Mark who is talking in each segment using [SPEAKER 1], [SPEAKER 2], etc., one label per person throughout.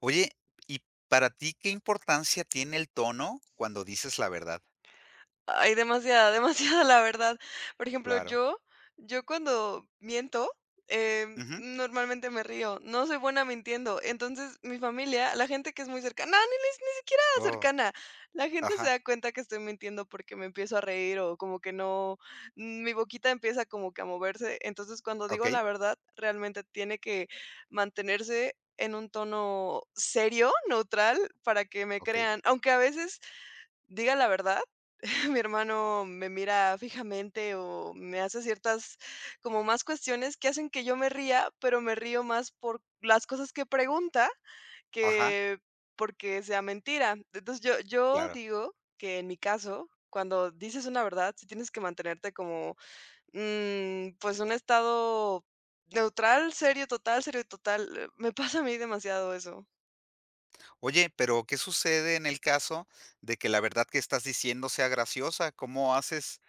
[SPEAKER 1] Oye, ¿y para ti qué importancia tiene el tono cuando dices la verdad?
[SPEAKER 2] Ay, demasiada, demasiada, la verdad. Por ejemplo,
[SPEAKER 1] Claro.
[SPEAKER 2] yo cuando miento,
[SPEAKER 1] Ujú.
[SPEAKER 2] normalmente me río, no soy buena mintiendo. Entonces, mi familia, la gente que es muy cercana, no, ni siquiera
[SPEAKER 1] Oh,
[SPEAKER 2] cercana, la gente se
[SPEAKER 1] ajá,
[SPEAKER 2] da cuenta que estoy mintiendo porque me empiezo a reír o como que no, mi boquita empieza como que a moverse. Entonces, cuando digo la
[SPEAKER 1] okey,
[SPEAKER 2] verdad, realmente tiene que mantenerse en un tono serio, neutral, para que me
[SPEAKER 1] okey.
[SPEAKER 2] crean, aunque a veces diga la verdad. Mi hermano me mira fijamente o me hace ciertas, como más cuestiones que hacen que yo me ría, pero me río más por las cosas que pregunta
[SPEAKER 1] Ajá,
[SPEAKER 2] que porque sea mentira. Entonces, yo
[SPEAKER 1] claro.
[SPEAKER 2] digo que en mi caso, cuando dices una verdad, si tienes que mantenerte como pues un estado neutral, serio, total, serio, total. Me pasa a mí demasiado eso.
[SPEAKER 1] Oye, pero, ¿qué sucede en el caso de que la verdad que estás diciendo sea graciosa? ¿Cómo haces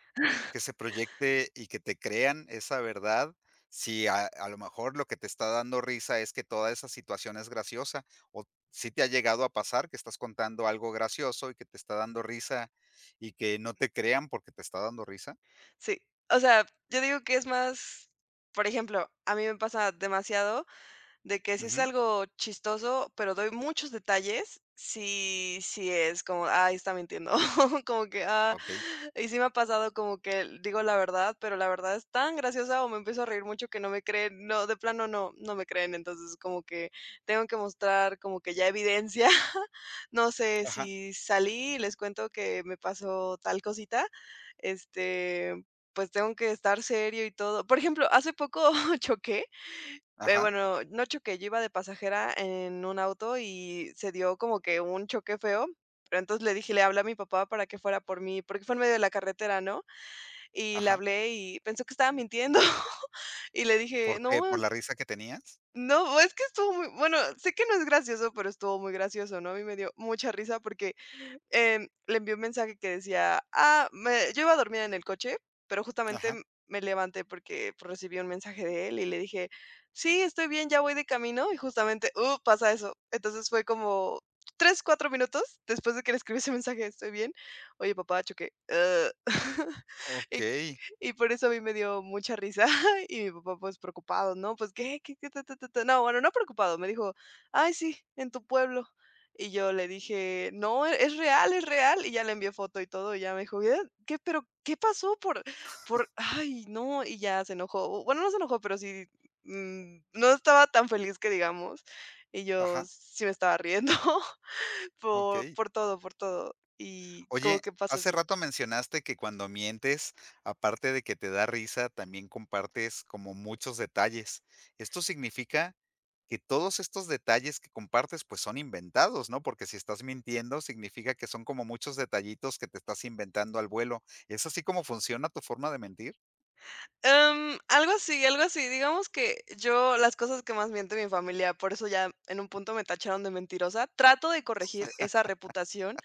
[SPEAKER 1] que se proyecte y que te crean esa verdad, si a lo mejor lo que te está dando risa es que toda esa situación es graciosa, o si te ha llegado a pasar que estás contando algo gracioso y que te está dando risa y que no te crean porque te está dando risa.
[SPEAKER 2] Sí. O sea, yo digo que es más, por ejemplo, a mí me pasa demasiado, de que si es
[SPEAKER 1] Ujú,
[SPEAKER 2] algo chistoso, pero doy muchos detalles, sí, sí, es como: "Ay, está mintiendo", como que, ah,
[SPEAKER 1] okey.
[SPEAKER 2] y sí me ha pasado como que digo la verdad, pero la verdad es tan graciosa o me empiezo a reír mucho que no me creen, no, de plano no, no me creen. Entonces, como que tengo que mostrar como que ya evidencia. No sé,
[SPEAKER 1] Ajá,
[SPEAKER 2] si salí y les cuento que me pasó tal cosita, este, pues tengo que estar serio y todo. Por ejemplo, hace poco choqué,
[SPEAKER 1] ajá,
[SPEAKER 2] bueno, no choqué, yo iba de pasajera en un auto y se dio como que un choque feo, pero entonces le dije: "Le hablé a mi papá para que fuera por mí", porque fue en medio de la carretera, ¿no? Y le
[SPEAKER 1] ajá.
[SPEAKER 2] hablé y pensó que estaba mintiendo. Y le dije:
[SPEAKER 1] ¿Por qué?
[SPEAKER 2] "No,
[SPEAKER 1] ¿Por la risa que tenías?
[SPEAKER 2] no, es que estuvo muy", bueno, sé que no es gracioso, pero estuvo muy gracioso, ¿no? A mí me dio mucha risa porque le envió un mensaje que decía: "Ah, me yo iba a dormir en el coche, pero justamente
[SPEAKER 1] Ajá,
[SPEAKER 2] me levanté porque, pues, recibí un mensaje de él", y le dije: "Sí, estoy bien, ya voy de camino", y justamente, pasa eso. Entonces, fue como 3, 4 minutos después de que le escribí ese mensaje: "¿Estoy bien?". "Oye, papá, choqué". "Ah". Y
[SPEAKER 1] okey.
[SPEAKER 2] y por eso a mí me dio mucha risa, y mi papá, pues, preocupado, ¿no? Pues, ¿qué? ¿Qué? ¿Qué? Ta, ta, ta, ta. No, bueno, no preocupado, me dijo: "Ay, sí, en tu pueblo". Y yo le dije: "No, es real, es real". Y ya le envié foto y todo, y ya me dijo: "¿Qué? ¿Qué? ¿Pero qué pasó por por? Ay, no". Y ya se enojó. Bueno, no se enojó, pero sí, no estaba tan feliz que digamos. Y yo
[SPEAKER 1] Ajá,
[SPEAKER 2] sí me estaba riendo. por
[SPEAKER 1] okey.
[SPEAKER 2] por todo, por todo. Y como
[SPEAKER 1] Oye,
[SPEAKER 2] que pasa
[SPEAKER 1] hace
[SPEAKER 2] así.
[SPEAKER 1] rato mencionaste que cuando mientes, aparte de que te da risa, también compartes como muchos detalles. Esto significa que todos estos detalles que compartes, pues son inventados, ¿no? Porque si estás mintiendo, significa que son como muchos detallitos que te estás inventando al vuelo. ¿Es así como funciona tu forma de mentir?
[SPEAKER 2] Algo así, algo así. Digamos que yo las cosas que más miente mi familia, por eso ya en un punto me tacharon de mentirosa. Trato de corregir esa reputación.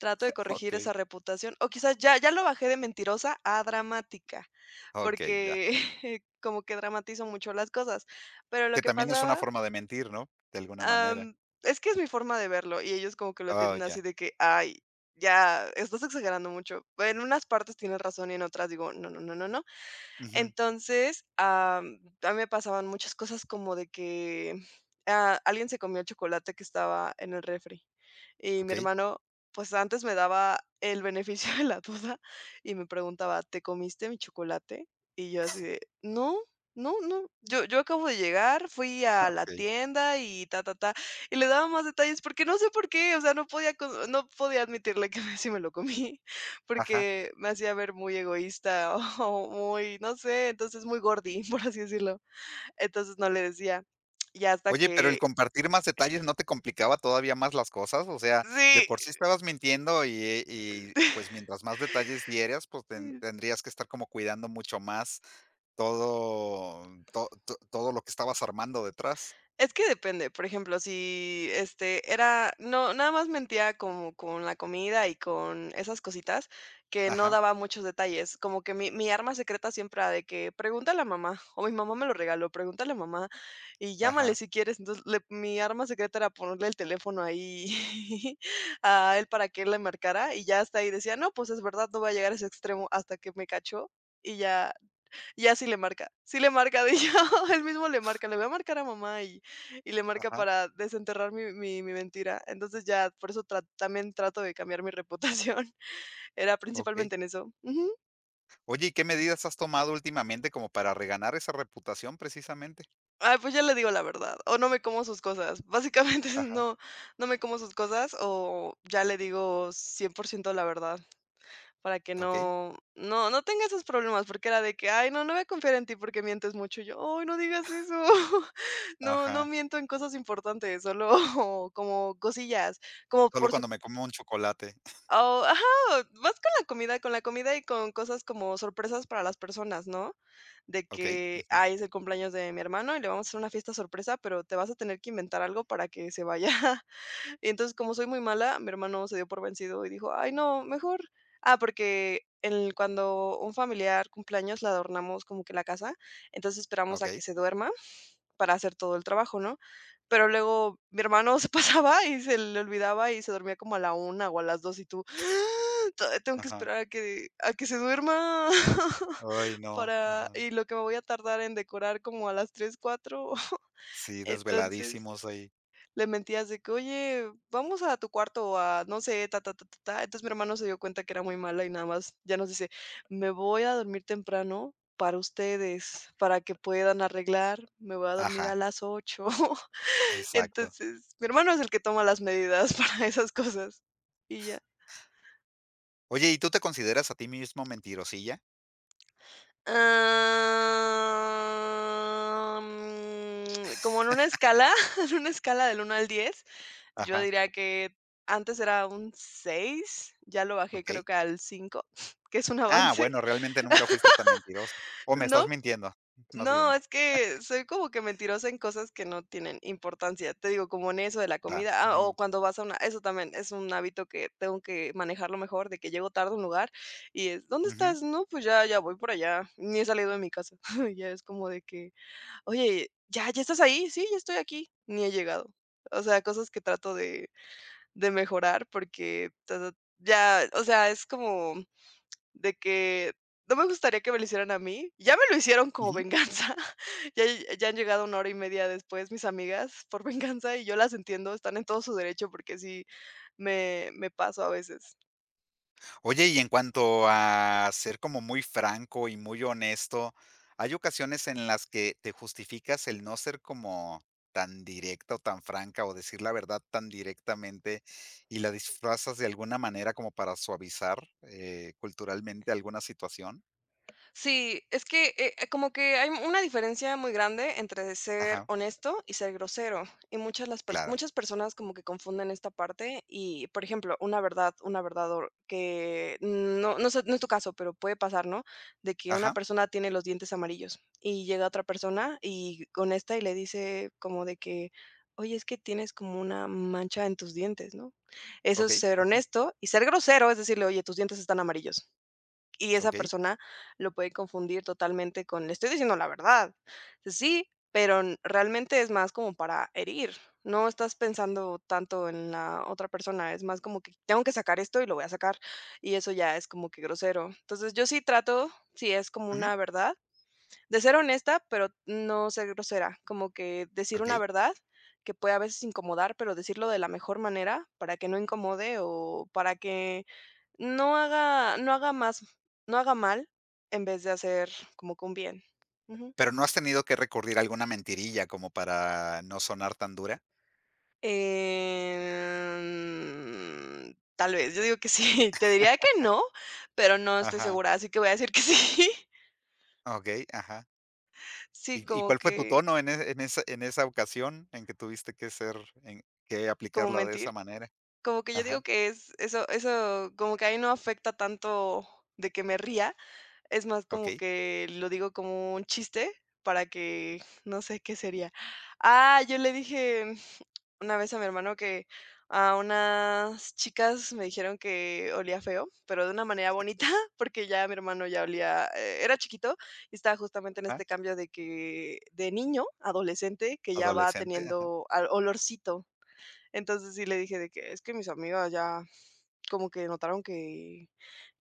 [SPEAKER 2] Trato de corregir
[SPEAKER 1] Ok,
[SPEAKER 2] esa reputación, o quizás ya lo bajé de mentirosa a dramática,
[SPEAKER 1] ok, ya.
[SPEAKER 2] porque como que dramatizo mucho las cosas, pero lo
[SPEAKER 1] Que
[SPEAKER 2] que
[SPEAKER 1] también es una
[SPEAKER 2] pasaba,
[SPEAKER 1] forma de mentir, ¿no? De alguna manera.
[SPEAKER 2] am, es que es mi forma de verlo, y ellos como que lo
[SPEAKER 1] Oh,
[SPEAKER 2] tienen
[SPEAKER 1] ya.
[SPEAKER 2] así de que: "Ay, ya estás exagerando mucho". En unas partes tienes razón y en otras digo: "No, no, no, no, no".
[SPEAKER 1] Ujú,
[SPEAKER 2] Entonces, a mí me pasaban muchas cosas como de que, ah, alguien se comió el chocolate que estaba en el refri, y mi
[SPEAKER 1] ok,
[SPEAKER 2] hermano, pues, antes me daba el beneficio de la duda y me preguntaba: "¿Te comiste mi chocolate?". Y yo así de: "No, no, no, yo acabo de llegar, fui a la
[SPEAKER 1] ok.
[SPEAKER 2] tienda y ta, ta, ta", y le daba más detalles porque no sé por qué, o sea, no podía admitirle que sí me lo comí.
[SPEAKER 1] Ajá.
[SPEAKER 2] Porque me hacía ver muy egoísta o muy, no sé, entonces muy gordi, por así decirlo. Entonces no le decía. Y hasta
[SPEAKER 1] Oye, pero
[SPEAKER 2] que
[SPEAKER 1] el compartir más detalles, ¿no te complicaba todavía más las cosas? O sea, de
[SPEAKER 2] sí.
[SPEAKER 1] por sí estabas mintiendo y, pues mientras más detalles dieras, pues tendrías que estar como cuidando mucho más todo, todo lo que estabas armando detrás.
[SPEAKER 2] Es que depende, por ejemplo, si, este, era no, nada más mentía como con la comida y con esas cositas, que no
[SPEAKER 1] Ajá,
[SPEAKER 2] daba muchos detalles, como que mi arma secreta siempre era de que: "Pregúntale a mamá", o, "Mi mamá me lo regaló, pregúntale a mamá, y llámale
[SPEAKER 1] ajá,
[SPEAKER 2] si quieres". Entonces, le mi arma secreta era ponerle el teléfono ahí a él para que él le marcara, y ya hasta ahí decía: "No, pues es verdad, no voy a llegar a ese extremo", hasta que me cachó y ya y ya sí le marca, sí le marca. De hecho, él mismo le marca, le voy a marcar a mamá y le marca
[SPEAKER 1] ajá,
[SPEAKER 2] para desenterrar mi mentira. Entonces, ya por eso tra también trato de cambiar mi reputación, era
[SPEAKER 1] ok.
[SPEAKER 2] principalmente en eso. Ujú.
[SPEAKER 1] Oye, ¿y qué medidas has tomado últimamente como para reganar esa reputación precisamente?
[SPEAKER 2] Ay, pues ya le digo la verdad, o no me como sus cosas. Básicamente,
[SPEAKER 1] Ajá,
[SPEAKER 2] no, no me como sus cosas, o ya le digo 100% la verdad. Para que
[SPEAKER 1] ok,
[SPEAKER 2] no tenga esos problemas, porque era de que: "Ay, no, no voy a confiar en ti porque mientes mucho". Y yo: "Ay, no digas eso". No, no
[SPEAKER 1] ajá.
[SPEAKER 2] miento en cosas importantes, solo como cosillas, como
[SPEAKER 1] Solo
[SPEAKER 2] por su,
[SPEAKER 1] cuando me como un chocolate.
[SPEAKER 2] o ajá, vas con la comida y con cosas como sorpresas para las personas, ¿no? De
[SPEAKER 1] Ok,
[SPEAKER 2] que:
[SPEAKER 1] ujú,
[SPEAKER 2] "Ay, es el cumpleaños de mi hermano y le vamos a hacer una fiesta sorpresa, pero te vas a tener que inventar algo para que se vaya". Y entonces, como soy muy mala, mi hermano se dio por vencido y dijo: "Ay, no, mejor". Ah, porque el cuando un familiar cumpleaños la adornamos como que la casa, entonces esperamos
[SPEAKER 1] ok,
[SPEAKER 2] a que se duerma para hacer todo el trabajo, ¿no? Pero luego mi hermano se pasaba y se le olvidaba y se dormía como a la 1 o a las 2, y tú: "Ah, todavía tengo que
[SPEAKER 1] ajá.
[SPEAKER 2] esperar a que se duerma",
[SPEAKER 1] Ay, no,
[SPEAKER 2] para,
[SPEAKER 1] ajá.
[SPEAKER 2] y lo que me voy a tardar en decorar como a las tres, cuatro.
[SPEAKER 1] Sí,
[SPEAKER 2] Entonces,
[SPEAKER 1] desveladísimos ahí.
[SPEAKER 2] le mentías de que: "Oye, vamos a tu cuarto a, no sé, ta, ta, ta, ta, ta". Entonces, mi hermano se dio cuenta que era muy mala y nada más ya nos dice: "Me voy a dormir temprano para ustedes, para que puedan arreglar, me voy a dormir a
[SPEAKER 1] Ajá,
[SPEAKER 2] las ocho
[SPEAKER 1] exacto.
[SPEAKER 2] Entonces, mi hermano es el que toma las medidas para esas cosas, y ya.
[SPEAKER 1] Oye, ¿y tú te consideras a ti mismo mentirosilla?
[SPEAKER 2] Ah, como en una escala, en una escala del 1 al 10, yo
[SPEAKER 1] Ajá,
[SPEAKER 2] diría que antes era un seis, ya lo bajé,
[SPEAKER 1] ¿ok?
[SPEAKER 2] creo que al cinco. Que es un
[SPEAKER 1] Ah,
[SPEAKER 2] avance.
[SPEAKER 1] bueno, realmente nunca fuiste tan mentiroso. O me
[SPEAKER 2] No,
[SPEAKER 1] estás mintiendo, más
[SPEAKER 2] no,
[SPEAKER 1] bien.
[SPEAKER 2] es que soy como que mentirosa en cosas que no tienen importancia. Te digo, como en eso de la
[SPEAKER 1] Va.
[SPEAKER 2] comida, ah, o
[SPEAKER 1] Ujú,
[SPEAKER 2] cuando vas a una, eso también es un hábito que tengo que manejarlo mejor, de que llego tarde a un lugar y es: "¿Dónde
[SPEAKER 1] ujú,
[SPEAKER 2] estás?". "No, pues ya, ya voy por allá". Ni he salido de mi casa. Ya es como de que: "Oye, ya, ya estás ahí". "Sí, ya estoy aquí", ni he llegado. O sea, cosas que trato de mejorar porque todo- ya, o sea, es como de que no me gustaría que me lo hicieran a mí. Ya me lo hicieron como
[SPEAKER 1] ujú.
[SPEAKER 2] venganza. Ya, ya han llegado una hora y media después mis amigas por venganza, y yo las entiendo, están en todo su derecho porque sí me paso a veces.
[SPEAKER 1] Oye, y en cuanto a ser como muy franco y muy honesto, ¿hay ocasiones en las que te justificas el no ser como tan directa o tan franca o decir la verdad tan directamente y la disfrazas de alguna manera como para suavizar culturalmente alguna situación?
[SPEAKER 2] Sí, es que, como que hay una diferencia muy grande entre ser
[SPEAKER 1] Ajá,
[SPEAKER 2] honesto y ser grosero. Y
[SPEAKER 1] claro.
[SPEAKER 2] muchas personas como que confunden esta parte y, por ejemplo, una verdad hor que no sé, no es tu caso, pero puede pasar, ¿no? De que una
[SPEAKER 1] Ajá,
[SPEAKER 2] persona tiene los dientes amarillos y llega otra persona y honesta y le dice como de que: "Oye, es que tienes como una mancha en tus dientes", ¿no? Eso
[SPEAKER 1] ok,
[SPEAKER 2] es ser
[SPEAKER 1] ujú,
[SPEAKER 2] honesto. Y ser grosero es decirle: "Oye, tus dientes están amarillos", y esa
[SPEAKER 1] ok,
[SPEAKER 2] persona lo puede confundir totalmente con: "Le estoy diciendo la verdad". Sí, pero n realmente es más como para herir. No estás pensando tanto en la otra persona, es más como que tengo que sacar esto y lo voy a sacar, y eso ya es como que grosero. Entonces, yo sí trato, si es como
[SPEAKER 1] ujú,
[SPEAKER 2] una verdad, de ser honesta, pero no ser grosera, como que decir una
[SPEAKER 1] ok.
[SPEAKER 2] verdad que puede a veces incomodar, pero decirlo de la mejor manera para que no incomode o para que no haga no haga más no haga mal, en vez de hacer como que un bien. Ujú.
[SPEAKER 1] Pero no has tenido que recurrir a alguna mentirilla como para no sonar tan dura.
[SPEAKER 2] Tal vez, yo digo que sí, te diría que no, pero no estoy
[SPEAKER 1] Ajá,
[SPEAKER 2] segura, así que voy a decir que sí.
[SPEAKER 1] ok, ajá.
[SPEAKER 2] Sí,
[SPEAKER 1] ¿Y
[SPEAKER 2] como
[SPEAKER 1] cuál fue tu
[SPEAKER 2] que
[SPEAKER 1] tono en en esa ocasión en que tuviste que ser en que
[SPEAKER 2] como
[SPEAKER 1] aplicarla de esa
[SPEAKER 2] mentir,
[SPEAKER 1] manera?
[SPEAKER 2] como que yo digo
[SPEAKER 1] Ajá,
[SPEAKER 2] que es eso como que ahí no afecta tanto de que me ría. Es más como
[SPEAKER 1] okey,
[SPEAKER 2] que lo digo como un chiste para que no sé qué sería. Ah, yo le dije una vez a mi hermano que a unas chicas me dijeron que olía feo, pero de una manera bonita, porque ya mi hermano ya olía, era chiquito y estaba justamente en
[SPEAKER 1] ajá,
[SPEAKER 2] este cambio de que de niño, adolescente, que ya va
[SPEAKER 1] adolescente, ajá,
[SPEAKER 2] teniendo al olorcito. Entonces sí le dije de que es que mis amigas ya como que notaron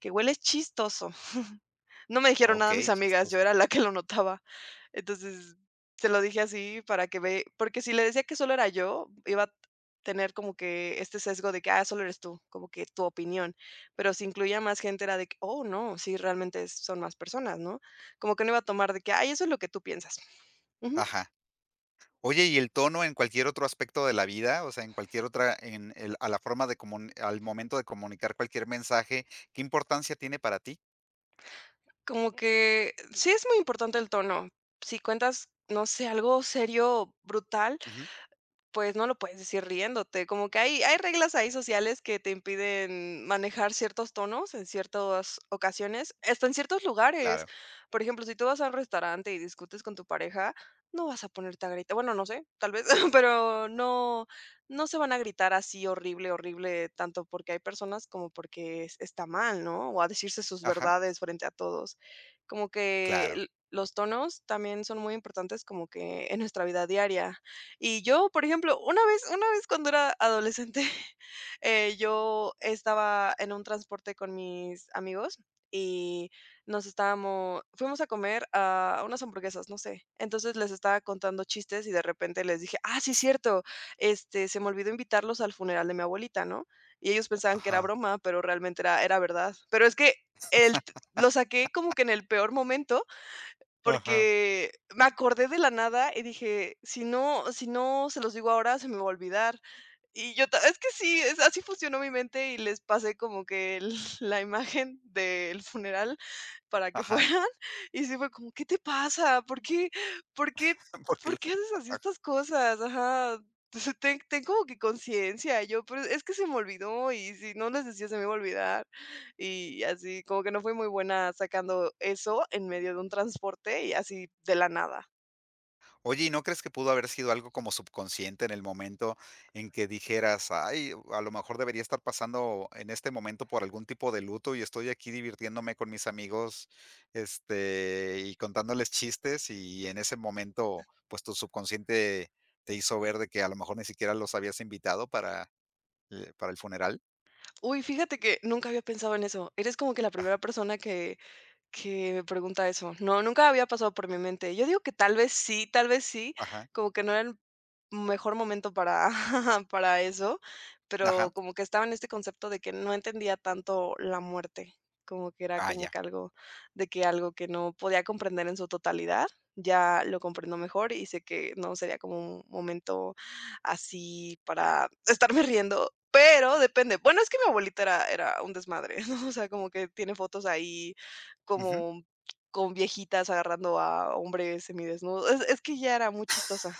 [SPEAKER 2] que hueles chistoso. No me dijeron nada mis
[SPEAKER 1] okey,
[SPEAKER 2] amigas, yo
[SPEAKER 1] chistoso,
[SPEAKER 2] era la que lo notaba. Entonces, se lo dije así para que ve porque si le decía que solo era yo, iba a tener como que este sesgo de que, ah, solo eres tú, como que tu opinión. Pero si incluía más gente era de que, oh, no, sí, realmente es- son más personas, ¿no? Como que no iba a tomar de que, ay, eso es lo que tú piensas. Ujú.
[SPEAKER 1] ajá. Oye, ¿y el tono en cualquier otro aspecto de la vida? O sea, en cualquier otra en el a la forma de comun al momento de comunicar cualquier mensaje, ¿qué importancia tiene para ti?
[SPEAKER 2] Como que sí es muy importante el tono. Si cuentas, no sé, algo serio, brutal,
[SPEAKER 1] Ujú,
[SPEAKER 2] pues no lo puedes decir riéndote, como que hay reglas ahí sociales que te impiden manejar ciertos tonos en ciertas ocasiones, hasta en ciertos lugares.
[SPEAKER 1] claro,
[SPEAKER 2] Por ejemplo, si tú vas a un restaurante y discutes con tu pareja, no vas a ponerte a gritar. Bueno, no sé, tal vez, pero no se van a gritar así horrible, horrible, tanto porque hay personas como porque es está mal, ¿no? O a decirse sus
[SPEAKER 1] ajá,
[SPEAKER 2] verdades frente a todos. Como que
[SPEAKER 1] claro,
[SPEAKER 2] l los tonos también son muy importantes como que en nuestra vida diaria. Y yo, por ejemplo, una vez cuando era adolescente, yo estaba en un transporte con mis amigos y nos estábamos fuimos a comer a unas hamburguesas, no sé. Entonces, les estaba contando chistes y de repente les dije: "Ah, sí, es cierto, este, se me olvidó invitarlos al funeral de mi abuelita", ¿no? Y ellos pensaban que era
[SPEAKER 1] ajá,
[SPEAKER 2] broma, pero realmente era verdad. Pero es que el t lo saqué como que en el peor momento
[SPEAKER 1] ajá,
[SPEAKER 2] porque me acordé de la nada y dije: "Si no se los digo ahora, se me va a olvidar". Y yo ta es que sí, es así funcionó mi mente y les pasé como que el la imagen del funeral para que
[SPEAKER 1] ajá,
[SPEAKER 2] fueran, y sí fue como: "¿Qué te pasa? Por qué
[SPEAKER 1] porque lo.
[SPEAKER 2] por qué haces así estas cosas?". Ajá. Entonces, ten como que conciencia. Y yo: "Pero es que se me olvidó, y si no les decía se me iba a olvidar". Y así, como que no fui muy buena sacando eso en medio de un transporte y así de la nada.
[SPEAKER 1] Oye, ¿y no crees que pudo haber sido algo como subconsciente en el momento en que dijeras: "Ay, a lo mejor debería estar pasando en este momento por algún tipo de luto y estoy aquí divirtiéndome con mis amigos, este, y contándoles chistes", y en ese momento, pues, tu subconsciente te hizo ver de que a lo mejor ni siquiera los habías invitado para el funeral?
[SPEAKER 2] Uy, fíjate que nunca había pensado en eso. Eres como que la
[SPEAKER 1] Ajá,
[SPEAKER 2] primera persona que me pregunta eso. No, nunca había pasado por mi mente. Yo digo que tal vez sí,
[SPEAKER 1] ajá,
[SPEAKER 2] como que no era mejor momento para para eso, pero
[SPEAKER 1] ajá.
[SPEAKER 2] como que estaba en este concepto de que no entendía tanto la muerte, como que era
[SPEAKER 1] Ah,
[SPEAKER 2] como
[SPEAKER 1] ya.
[SPEAKER 2] que algo de que algo que no podía comprender en su totalidad, ya lo comprendo mejor y sé que no sería como un momento así para estarme riendo, pero depende. Bueno, es que mi abuelita era un desmadre, ¿no? O sea, como que tiene fotos ahí
[SPEAKER 1] Ujú.
[SPEAKER 2] como con viejitas agarrando a hombres semidesnudos. Es que ya era muy chistosa.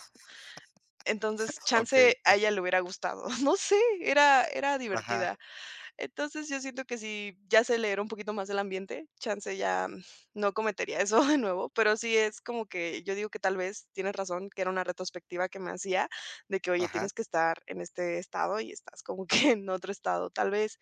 [SPEAKER 2] Entonces, chance
[SPEAKER 1] Okey.
[SPEAKER 2] a ella le hubiera gustado, no sé, era
[SPEAKER 1] Ajá,
[SPEAKER 2] divertida. Entonces, yo siento que si ya sé leer un poquito más el ambiente, chance ya no cometería eso de nuevo, pero sí es como que yo digo que tal vez tienes razón, que era una retrospectiva que me hacía de que: "Oye,
[SPEAKER 1] ajá,
[SPEAKER 2] tienes que estar en este estado y estás como que en otro estado", tal vez.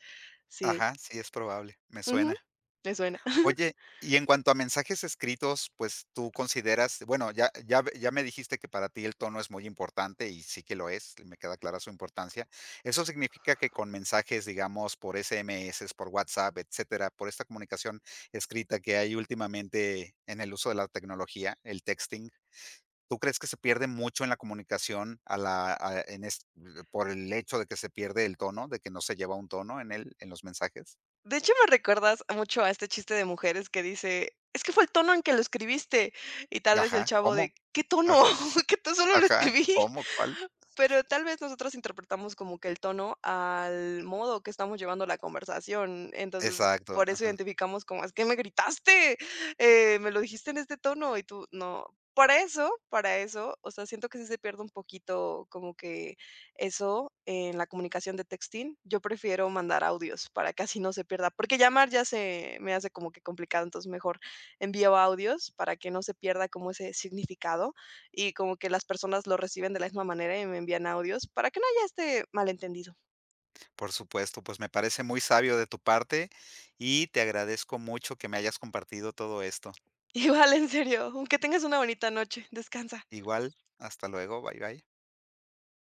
[SPEAKER 2] Sí.
[SPEAKER 1] ajá. Sí, es probable, me
[SPEAKER 2] Ujú.
[SPEAKER 1] suena.
[SPEAKER 2] Me suena.
[SPEAKER 1] Oye, y en cuanto a mensajes escritos, pues, tú consideras, bueno, ya me dijiste que para ti el tono es muy importante y sí que lo es, y me queda clara su importancia. ¿Eso significa que con mensajes, digamos, por SMS, por WhatsApp, etcétera, por esta comunicación escrita que hay últimamente en el uso de la tecnología, el texting, tú crees que se pierde mucho en la comunicación a la a en es por el hecho de que se pierde el tono, de que no se lleva un tono en el en los mensajes?
[SPEAKER 2] De hecho, me recuerdas mucho a este chiste de mujeres que dice: "Es que fue el tono en que lo escribiste", y tal vez el
[SPEAKER 1] Ajá,
[SPEAKER 2] chavo
[SPEAKER 1] ¿cómo?
[SPEAKER 2] de: "¿Qué tono?
[SPEAKER 1] Ajá.
[SPEAKER 2] Que tú solo lo
[SPEAKER 1] Ajá,
[SPEAKER 2] escribí".
[SPEAKER 1] ¿cómo? ¿Cuál?
[SPEAKER 2] Pero tal vez nosotros interpretamos como que el tono al modo que estamos llevando la conversación. Entonces,
[SPEAKER 1] Exacto,
[SPEAKER 2] por eso
[SPEAKER 1] ajá.
[SPEAKER 2] identificamos como: "Es que me gritaste, me lo dijiste en este tono", y tú: "No". Para eso, o sea, siento que sí se pierde un poquito como que eso en la comunicación de texting, yo prefiero mandar audios para que así no se pierda, porque llamar ya se me hace como que complicado, entonces mejor envío audios para que no se pierda como ese significado y como que las personas lo reciben de la misma manera y me envían audios para que no haya este malentendido.
[SPEAKER 1] Por supuesto, pues me parece muy sabio de tu parte y te agradezco mucho que me hayas compartido todo esto.
[SPEAKER 2] Igual, en serio, aunque tengas una bonita noche, descansa.
[SPEAKER 1] Igual, hasta luego, bye bye.